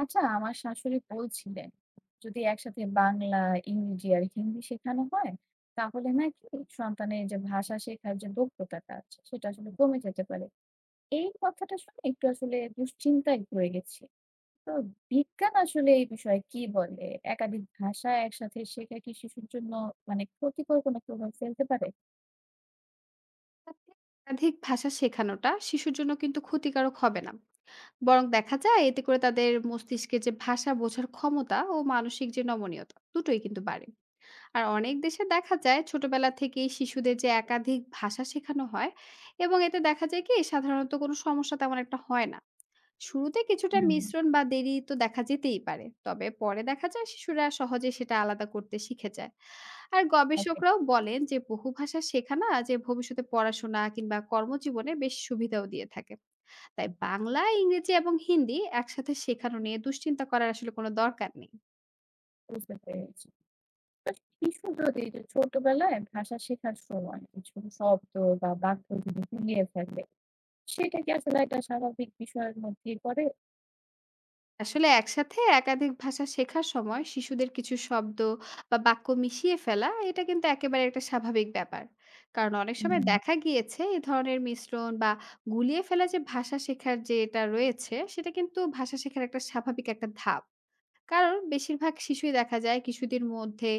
আচ্ছা, আমার শাশুড়ি বলছিলেন, যদি একসাথে বাংলা, ইংরেজি আর হিন্দি শেখানো হয়, তাহলে নাকি সন্তানের ভাষা শেখার যে দক্ষতাটা আছে, সেটা আসলে কমে যেতে পারে। এই কথাটা শুনে একটু আসলে দুশ্চিন্তায় পড়ে গেছি। তো বিজ্ঞান আসলে এই বিষয়ে কি বলে? একাধিক ভাষা একসাথে শেখা কি শিশুর জন্য মানে ক্ষতিকর কোনো প্রভাব ফেলতে পারে? একাধিক ভাষা শেখানোটা শিশুর জন্য কিন্তু ক্ষতিকারক হবে না। বরং দেখা যায় এতে করে তাদের মস্তিষ্কে যে ভাষা বোঝার ক্ষমতা ও মানসিক যে নমনীয়তা দুটোই কিন্তু বাড়ে। আর অনেক দেশে দেখা যায় ছোটবেলা থেকেই শিশুদের যে একাধিক ভাষা শেখানো হয়, এবং এতে দেখা যায় কি সাধারণত কোনো সমস্যা তেমন একটা হয় না। শুরুতে কিছুটা হুম। মিশ্রণ বা দেরি তো দেখা যেতেই পারে, তবে পরে দেখা যায় শিশুরা সহজে সেটা আলাদা করতে শিখে যায়। আর ওকে, গবেষকরাও বলেন যে বহু ভাষা শেখা না যে ভবিষ্যতে পড়াশোনা কিংবা কর্মজীবনে বেশ সুবিধাও দিয়ে থাকে। তাই বাংলা, ইংরেজি এবং হিন্দি একসাথে শেখানো নিয়ে দুশ্চিন্তা করার আসলে কোনো দরকার নেই। বুঝতে পেরেছি। তো শিশু যদি এই যে ছোটবেলায় ভাষা শেখার সময় কিছু শব্দ বা বাক্য যদি গুলিয়ে ফেলে সেটা কি আসলে একটা স্বাভাবিক বিষয়ের মধ্যেই পড়ে। আসলে একসাথে একাধিক ভাষা শেখার সময় শিশুদের কিছু শব্দ বা বাক্য মিশিয়ে ফেলা, এটা কিন্তু একেবারে একটা স্বাভাবিক ব্যাপার। কারণ অনেক হুম। সময় দেখা গিয়েছে এই ধরনের মিশ্রণ বা গুলিয়ে ফেলা যে ভাষা শেখার যে এটা রয়েছে, সেটা কিন্তু ভাষা শেখার একটা স্বাভাবিক একটা ধাপ। কারণ বেশিরভাগ শিশুই দেখা যায় কিছুদিন মধ্যে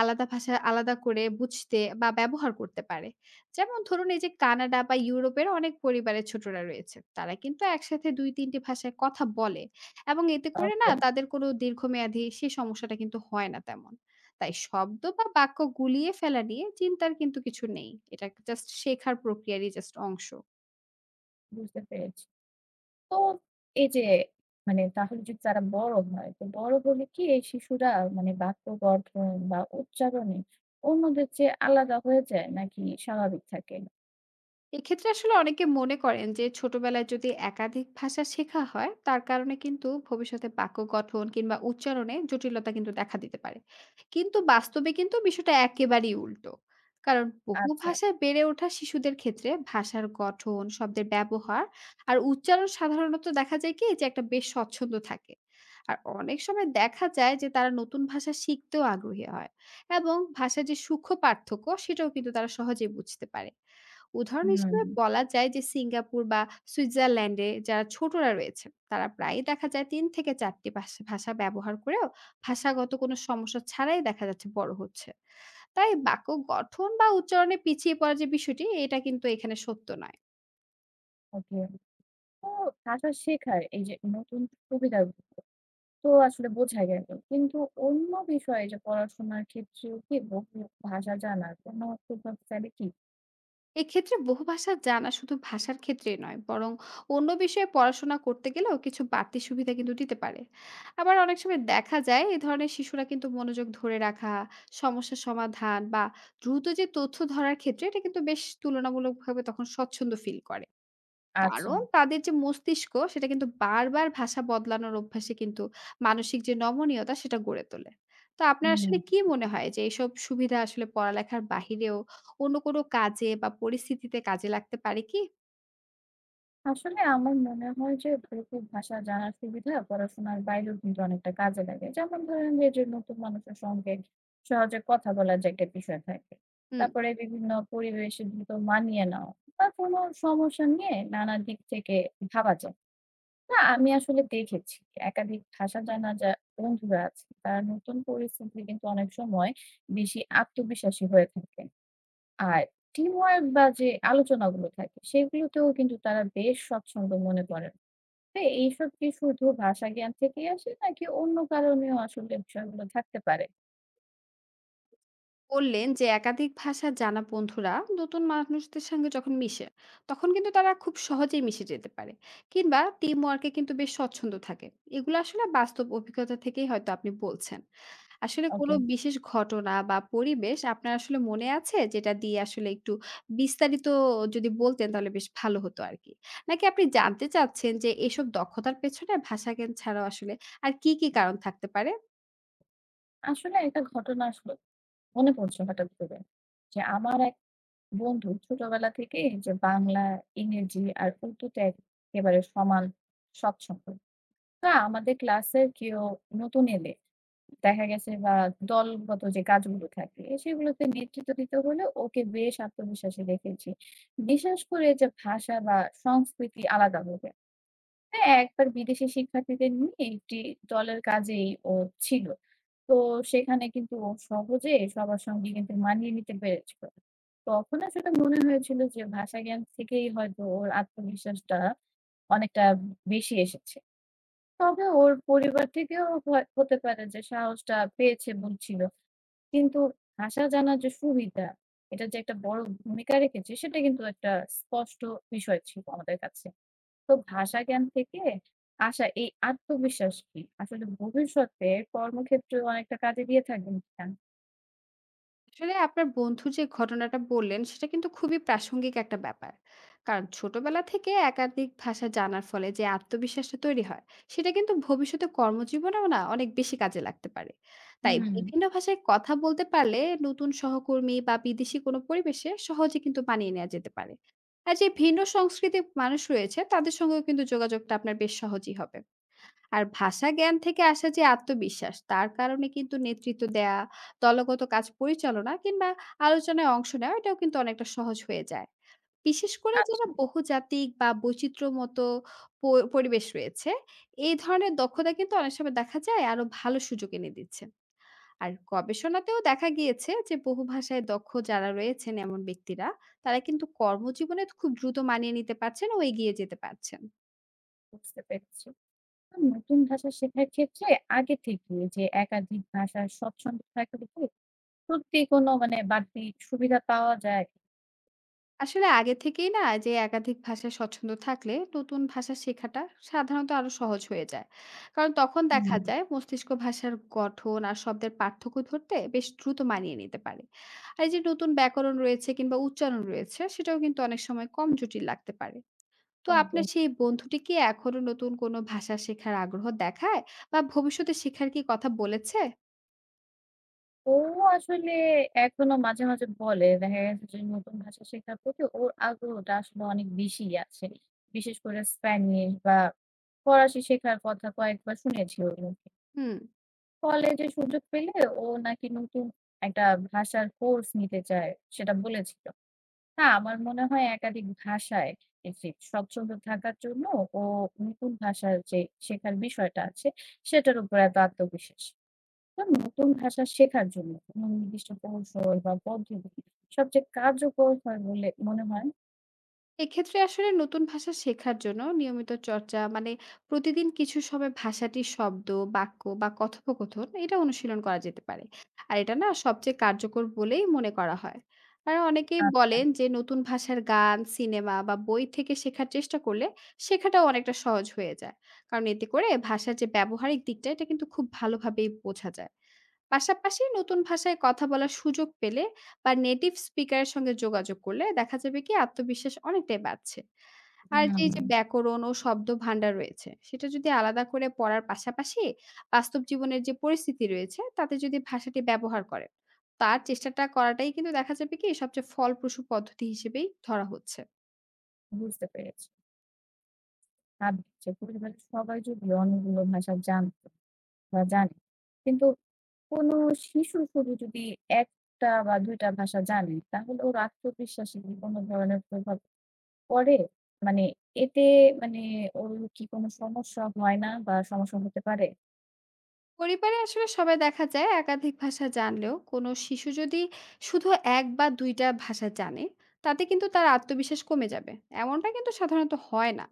আলাদা ভাষা আলাদা করে বুঝতে বা ব্যবহার করতে পারে। যেমন ধরুন, এই যে কানাডা বা ইউরোপের অনেক পরিবারের ছোটরা রয়েছে। তারা কিন্তু একসাথে ২-৩ টি ভাষায় কথা বলে, এবং এতে করে না ওকে, তাদের কোনো দীর্ঘমেয়াদী সে সমস্যাটা কিন্তু হয় না তেমন। তাই শব্দ বা বাক্য গুলিয়ে ফেলা নিয়ে চিন্তার কিন্তু কিছু নেই। এটা জাস্ট শেখার প্রক্রিয়ারই জাস্ট অংশ। বুঝতে পেরেছি। তো এই যে মানে তাহলে যদি তারা বড় হয়, তো বড় হলে কি এই শিশুরা মানে বাক্য গঠন বা উচ্চারণে অন্যদের চেয়ে আলাদা হয়ে যায় নাকি স্বাভাবিক থাকে? এক্ষেত্রে আসলে অনেকে মনে করেন যে ছোটবেলায় যদি একাধিক ভাষা শেখা হয়, তার কারণে কিন্তু ভবিষ্যতে বাক্য গঠন কিংবা উচ্চারণে জটিলতা কিন্তু দেখা দিতে পারে। কিন্তু বাস্তবে কিন্তু বিষয়টা একেবারেই উল্টো। কারণ বহু আচ্ছা, ভাষায় বেড়ে ওঠা শিশুদের ক্ষেত্রে ভাষার গঠন, শব্দের ব্যবহার আর উচ্চারণ সাধারণত দেখা যায় কি যে একটা বেশ স্বচ্ছন্দ থাকে। আর অনেক সময় দেখা যায় যে তারা নতুন ভাষা শিখতেও আগ্রহী হয়, এবং ভাষার যে সূক্ষ্ম পার্থক্য সেটাও কিন্তু তারা সহজেই বুঝতে পারে। উদাহরণ হুম, হিসেবে বলা যায় যে সিঙ্গাপুর বা সুইজারল্যান্ডে যারা ছোটরা রয়েছে, তারা প্রায়ই দেখা যায় ৩ থেকে ৪টি ভাষা ভাষা ব্যবহার করেও ভাষাগত কোনো সমস্যা ছাড়াই দেখা যাচ্ছে বড় হচ্ছে। তাই বাক্য গঠন বা উচ্চারণে পিছিয়ে পড়ার যে বিষয়টি, এটা কিন্তু এখানে সত্য নয়। ওকে। তো ভাষা শেখার এই যে নতুন সুবিধা তো আসলে বোঝা গেল। কিন্তু অন্য বিষয়ে যে পড়াশোনার ক্ষেত্রেও কি বহু ভাষা জানার কোনো প্রভাব ফেলে কি? এক্ষেত্রে বহু ভাষা জানা শুধু ভাষার ক্ষেত্রেই নয়, বরং অন্য বিষয়ে পড়াশোনা করতে গেলেও কিছু বাড়তি সুবিধা কিন্তু দিতে পারে। আবার অনেক সময় দেখা যায় এই ধরনের শিশুরা কিন্তু মনোযোগ ধরে রাখা, সমস্যা সমাধান বা দ্রুত যে তথ্য ধরার ক্ষেত্রে, এটা কিন্তু বেশ তুলনামূলকভাবে তখন স্বচ্ছন্দ ফিল করে। আচ্ছা, কারণ তাদের যে মস্তিষ্ক, সেটা কিন্তু বারবার ভাষা বদলানোর অভ্যাসে কিন্তু মানসিক যে নমনীয়তা সেটা গড়ে তোলে। তো আপনার হুম। আসলে কি মনে হয় যে এসব সুবিধা আসলে পড়ালেখার বাহিরেও অন্য কোনো কাজে বা পরিস্থিতিতে কাজে লাগতে পারে কি? আসলে আমার মনে হয় যে ভৌতিক ভাষা জানার সুবিধা পড়াশোনার বাইরেও কিন্তু অনেকটা কাজে লাগে। যেমন ধরেন যে নতুন মানুষের সঙ্গে সহজে কথা বলার যে একটা বিষয় থাকে। হুম। তারপরে বিভিন্ন পরিবেশে দ্রুত মানিয়ে নেওয়া বা কোনো সমস্যা নিয়ে নানা দিক থেকে ভাবা যায়। না আমি আসলে দেখেছি একাধিক ভাষা জানা যা বন্ধুরা আছে তারা নতুন পরিস্থিতিতে কিন্তু অনেক সময় বেশি আত্মবিশ্বাসী হয়ে থাকে। আর টিম ওয়ার্ক বা যে আলোচনাগুলো থাকে সেগুলোতেও কিন্তু তারা বেশ স্বচ্ছন্দ মনে করেন। তো এইসব কি শুধু ভাষা জ্ঞান থেকেই আসে নাকি অন্য কারণেও আসলে বিষয়গুলো থাকতে পারে? বললেন যে একাধিক ভাষা জানা বন্ধুরা নতুন মানুষদের সঙ্গে যখন মিশে, তখন কিন্তু তারা খুব সহজেই মিশে যেতে পারে। কিংবা টিম ওয়ার্ক এ কিন্তু বেশ স্বচ্ছন্দ থাকে। এগুলো আসলে বাস্তব অভিজ্ঞতা থেকেই হয়তো আপনি বলছেন। আসলে কোনো ওকে। বিশেষ ঘটনা বা পরিবেশ আপনার আসলে মনে আছে? যেটা দিয়ে আসলে একটু বিস্তারিত যদি বলতেন তাহলে বেশ ভালো হতো আরকি। নাকি আপনি জানতে চাচ্ছেন যে এসব দক্ষতার পেছনে ভাষা জ্ঞান ছাড়াও আসলে আর কি, কি কারণ থাকতে পারে? আসলে একটা ঘটনা আসলো মনে পড়ছে হঠাৎ করে। যে আমার এক বন্ধু ছোটবেলা থেকেই যে বাংলা, ইংরেজি আর উর্দুতে একেবারে সমান স্বচ্ছন্দ। তা আমাদের ক্লাসের কেউ নতুন এলে দেখা গেছে বা দলগত যে কাজগুলো থাকে সেগুলোতে নেতৃত্ব দিতে হলে ওকে বেশ আত্মবিশ্বাসী দেখেছি। বিশেষ করে যে ভাষা বা সংস্কৃতি আলাদা হবে। হ্যাঁ, একবার বিদেশি শিক্ষার্থীদের নিয়ে একটি দলের কাজেই ও ছিল। তো সেখানে কিন্তু ও সহজে সবার সঙ্গে কিন্তু মানিয়ে নিতে পেরেছিল। তখন আসলে মনে হয়েছিল যে ভাষা জ্ঞান থেকেই হয়তো ওর আত্মবিশ্বাসটা অনেকটা বেশি এসেছে। তবে ওর পরিবার থেকেও হতে পারে যে সাহসটা পেয়েছে বলছিল। কিন্তু ভাষা জানার যে সুবিধা, এটা যে একটা বড় ভূমিকা রেখেছে সেটা কিন্তু একটা স্পষ্ট বিষয় ছিল আমাদের কাছে। তো ভাষা জ্ঞান থেকে আসা এই আত্মবিশ্বাস কি আসলে ভবিষ্যতে কর্মক্ষেত্রেও অনেকটা কাজে দিয়ে থাকবেন কিনা? আসলে আপনার বন্ধু যে ঘটনাটা বললেন, সেটা কিন্তু খুবই প্রাসঙ্গিক একটা ব্যাপার। কারণ ছোটবেলা থেকে একাধিক ভাষা জানার ফলে যে আত্মবিশ্বাসটা তৈরি হয়, সেটা কিন্তু ভবিষ্যতে কর্মজীবনেও না অনেক বেশি কাজে লাগতে পারে। তাই হুম, বিভিন্ন ভাষায় কথা বলতে পারলে নতুন সহকর্মী বা বিদেশি কোনো পরিবেশে সহজে কিন্তু মানিয়ে নেওয়া যেতে পারে। আর যে ভিন্ন সংস্কৃতির মানুষ রয়েছে, তাদের সঙ্গেও কিন্তু যোগাযোগটা আপনার বেশ সহজই হবে। আর ভাষা জ্ঞান থেকে আসা যে আত্মবিশ্বাস, তার কারণে কিন্তু নেতৃত্ব দেয়া, দলগত কাজ পরিচালনা কিংবা আলোচনায় অংশ নেওয়া, এটাও কিন্তু অনেকটা সহজ হয়ে যায়। বিশেষ করে আচ্ছা, যারা বহুজাতিক বা বৈচিত্র্যমত প পরিবেশ রয়েছে, এই ধরনের দক্ষতা কিন্তু অনেক সময় দেখা যায় আরো ভালো সুযোগ এনে দিচ্ছে। আর গবেষণাতেও দেখা গিয়েছে যে বহু ভাষায় দক্ষ যারা রয়েছেন এমন ব্যক্তিরা, তারা কিন্তু কর্মজীবনে খুব দ্রুত মানিয়ে নিতে পারছেন ও এগিয়ে যেতে পারছেন। বুঝতে পেরেছি। তো নতুন ভাষা শেখার ক্ষেত্রে আগে থেকে যে একাধিক ভাষার স্বচ্ছন্দ থাকলে কি সত্যি কোনো মানে বাড়তি সুবিধা পাওয়া যায়? আসলে আগে থেকেই না যে একাধিক ভাষায় স্বচ্ছন্দ থাকলে নতুন ভাষা শেখাটা সাধারণত আরো সহজ হয়ে যায়। কারণ তখন হুম, দেখা যায় মস্তিষ্ক ভাষার গঠন আর শব্দের পার্থক্য ধরতে বেশ দ্রুত মানিয়ে নিতে পারে। আর এই যে নতুন ব্যাকরণ রয়েছে কিংবা উচ্চারণ রয়েছে, সেটাও কিন্তু অনেক সময় কম জটিল লাগতে পারে। তো ওকে। আপনার সেই বন্ধুটি কি এখনো নতুন কোনো ভাষা শেখার আগ্রহ দেখায় বা ভবিষ্যতে শেখার কি কথা বলেছে? ও আসলে এখনো মাঝে মাঝে বলে দেখা গেছে যে নতুন ভাষা শেখার প্রতি ওর আগ্রহটা আসলে অনেক বেশিই আছে। বিশেষ করে স্প্যানিশ বা ফরাসি শেখার কথা কয়েকবার শুনেছি ওর মুখে। হুম। কলেজে সুযোগ পেলে ও নাকি নতুন একটা ভাষার কোর্স নিতে চায় সেটা বলেছিল। হ্যাঁ, আমার মনে হয় একাধিক ভাষায় এই যে স্বচ্ছন্দ থাকার জন্য ও নতুন ভাষার যে শেখার বিষয়টা আছে সেটার উপর এত আত্মবিশ্বাস। না, নতুন ভাষা শেখার জন্য কোনো নির্দিষ্ট কৌশল বা পদ্ধতি সবচেয়ে কার্যকর হয় বলে মনে হয়? এক্ষেত্রে আসলে নতুন ভাষা শেখার জন্য নিয়মিত চর্চা, মানে প্রতিদিন কিছু সময় ভাষাটির শব্দ, বাক্য বা কথোপকথন এটা অনুশীলন করা যেতে পারে। আর এটা না সবচেয়ে কার্যকর বলেই মনে করা হয়। আর অনেকেই আচ্ছা, বলেন যে নতুন ভাষার গান, সিনেমা বা বই থেকে শেখার চেষ্টা করলে শেখাটাও অনেকটা সহজ হয়ে যায়। কারণ এতে করে ভাষার যে ব্যবহারিক দিকটা, এটা কিন্তু খুব ভালোভাবেই বোঝা যায়। পাশাপাশি নতুন ভাষায় কথা বলার সুযোগ পেলে বা নেটিভ স্পিকার এর সঙ্গে যোগাযোগ করলে দেখা যাবে কি আত্মবিশ্বাস অনেকটাই বাড়ছে। আর যে হুম, এই যে ব্যাকরণ ও শব্দভান্ডার রয়েছে, সেটা যদি আলাদা করে পড়ার পাশাপাশি বাস্তব জীবনের যে পরিস্থিতি রয়েছে, তাতে যদি ভাষাটি ব্যবহার করেন, তার চেষ্টাটা করাটাই কিন্তু দেখা যাবে কি সবচেয়ে ফলপ্রসূ পদ্ধতি হিসেবেই ধরা হচ্ছে। বুঝতে পেরেছি। ভাবি যে পরিবারের সবাই যদি অন্যগুলো ভাষা জানতো বা জানে, কিন্তু কোনো শিশু শুধু যদি ১ টা বা ২ টা ভাষা জানে, তাহলে ওর আত্মবিশ্বাসে কি কোনো ধরনের প্রভাব পড়ে? মানে এতে মানে ওর কি কোনো সমস্যা হয় না বা সমস্যা হতে পারে? পরিবারে আসলে সবাই দেখা যায় একাধিক ভাষা জানলেও কোনো শিশু যদি শুধু ১ বা ২ টা ভাষা জানে, তাতে কিন্তু তার আত্মবিশ্বাস কমে যাবে। এমনটা কিন্তু সাধারণত হয় না।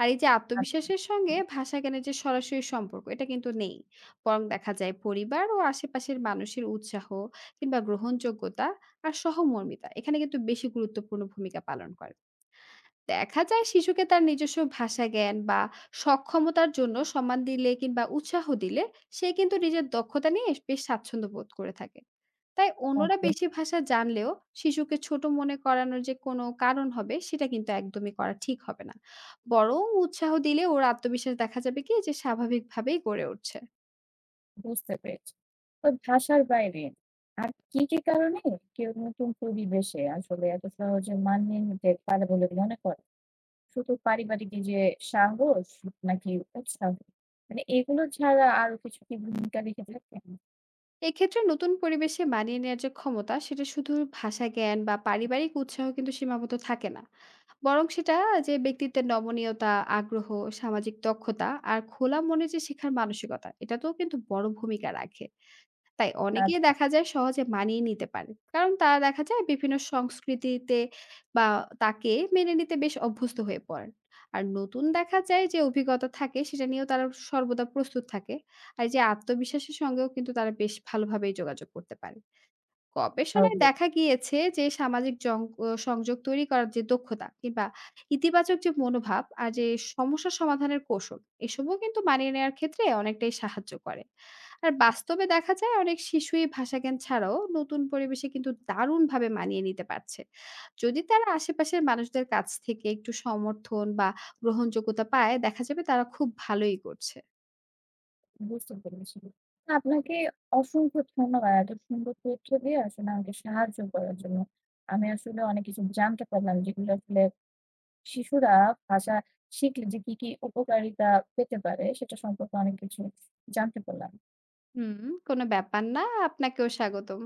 আর এই যে আচ্ছা, আত্মবিশ্বাসের সঙ্গে ভাষা জ্ঞানের যে সরাসরি সম্পর্ক, এটা কিন্তু নেই। বরং দেখা যায় পরিবার ও আশেপাশের মানুষের উৎসাহ কিংবা গ্রহণযোগ্যতা আর সহমর্মিতা এখানে কিন্তু বেশি গুরুত্বপূর্ণ ভূমিকা পালন করে। দেখা যায় শিশুকে তার নিজস্ব ভাষা জ্ঞান বা সক্ষমতার জন্য সম্মান দিলে কিংবা উৎসাহ দিলে সে কিন্তু নিজের দক্ষতা নিয়ে বেশ স্বাচ্ছন্দ্য বোধ করে থাকে। তাই অন্যরা ওকে। বেশি ভাষা জানলেও শিশুকে ছোট মনে করানোর যে কোনো কারণ হবে, সেটা কিন্তু একদমই করা ঠিক হবে না। বরং উৎসাহ দিলে ওর আত্মবিশ্বাস দেখা যাবে কি যে স্বাভাবিকভাবেই গড়ে উঠছে। বুঝতে পেরেছি। তো ভাষার বাইরে আর কি, কি কারণে কেউ নতুন পরিবেশে আসলে এত সহজে মানিয়ে নিতে পারে বলে মনে করে? শুধু পারিবারিক এই যে সাহস নাকি উৎসাহ? মানে এগুলো ছাড়া আরো কিছু কি ভূমিকা রেখে থাকেন? এক্ষেত্রে নতুন পরিবেশে মানিয়ে নেওয়ার যে ক্ষমতা, সেটা শুধু ভাষা জ্ঞান বা পারিবারিক উৎসাহ কিন্তু সীমাবদ্ধ থাকে না। বরং সেটা যে ব্যক্তিত্বের নমনীয়তা, আগ্রহ, সামাজিক দক্ষতা আর খোলা মনে যে শেখার মানসিকতা, এটা তো কিন্তু বড় ভূমিকা রাখে। তাই অনেকেই আচ্ছা, দেখা যায় সহজে মানিয়ে নিতে পারে। কারণ তারা দেখা যায় বিভিন্ন সংস্কৃতিতে বা তাকে মেনে নিতে বেশ অভ্যস্ত হয়ে পড়েন। আর নতুন দেখা যায় যে অভিজ্ঞতা থাকে, সেটা নিয়েও তারা সর্বদা প্রস্তুত থাকে। আর এই যে আত্মবিশ্বাসের সঙ্গেও কিন্তু তারা বেশ ভালোভাবেই যোগাযোগ করতে পারে। গবেষণায় ওকে, দেখা গিয়েছে যে সামাজিক জং- আহ সংযোগ তৈরি করার যে দক্ষতা কিংবা ইতিবাচক যে মনোভাব আর যে সমস্যা সমাধানের কৌশল, এসবও কিন্তু মানিয়ে নেওয়ার ক্ষেত্রে অনেকটাই সাহায্য করে। আর বাস্তবে দেখা যায় অনেক শিশুই ভাষা জ্ঞান ছাড়াও নতুন পরিবেশে কিন্তু দারুণভাবে মানিয়ে নিতে পারছে। যদি তারা আশেপাশের মানুষদের কাছ থেকে একটু সমর্থন বা গ্রহণযোগ্যতা পায়, দেখা যাবে তারা খুব ভালোই করছে। বুঝতে পেরেছি। আপনাকে অসংখ্য ধন্যবাদ এত সুন্দর তথ্য দিয়ে আসলে আমাকে সাহায্য করার জন্য। আমি আসলে অনেক কিছু জানতে পারলাম যেগুলো আসলে শিশুরা ভাষা শিখলে যে কি, কি উপকারিতা পেতে পারে সেটা সম্পর্কে অনেক কিছু জানতে পারলাম। হুম, কোনো ব্যাপার না, আপনাকেও স্বাগতম।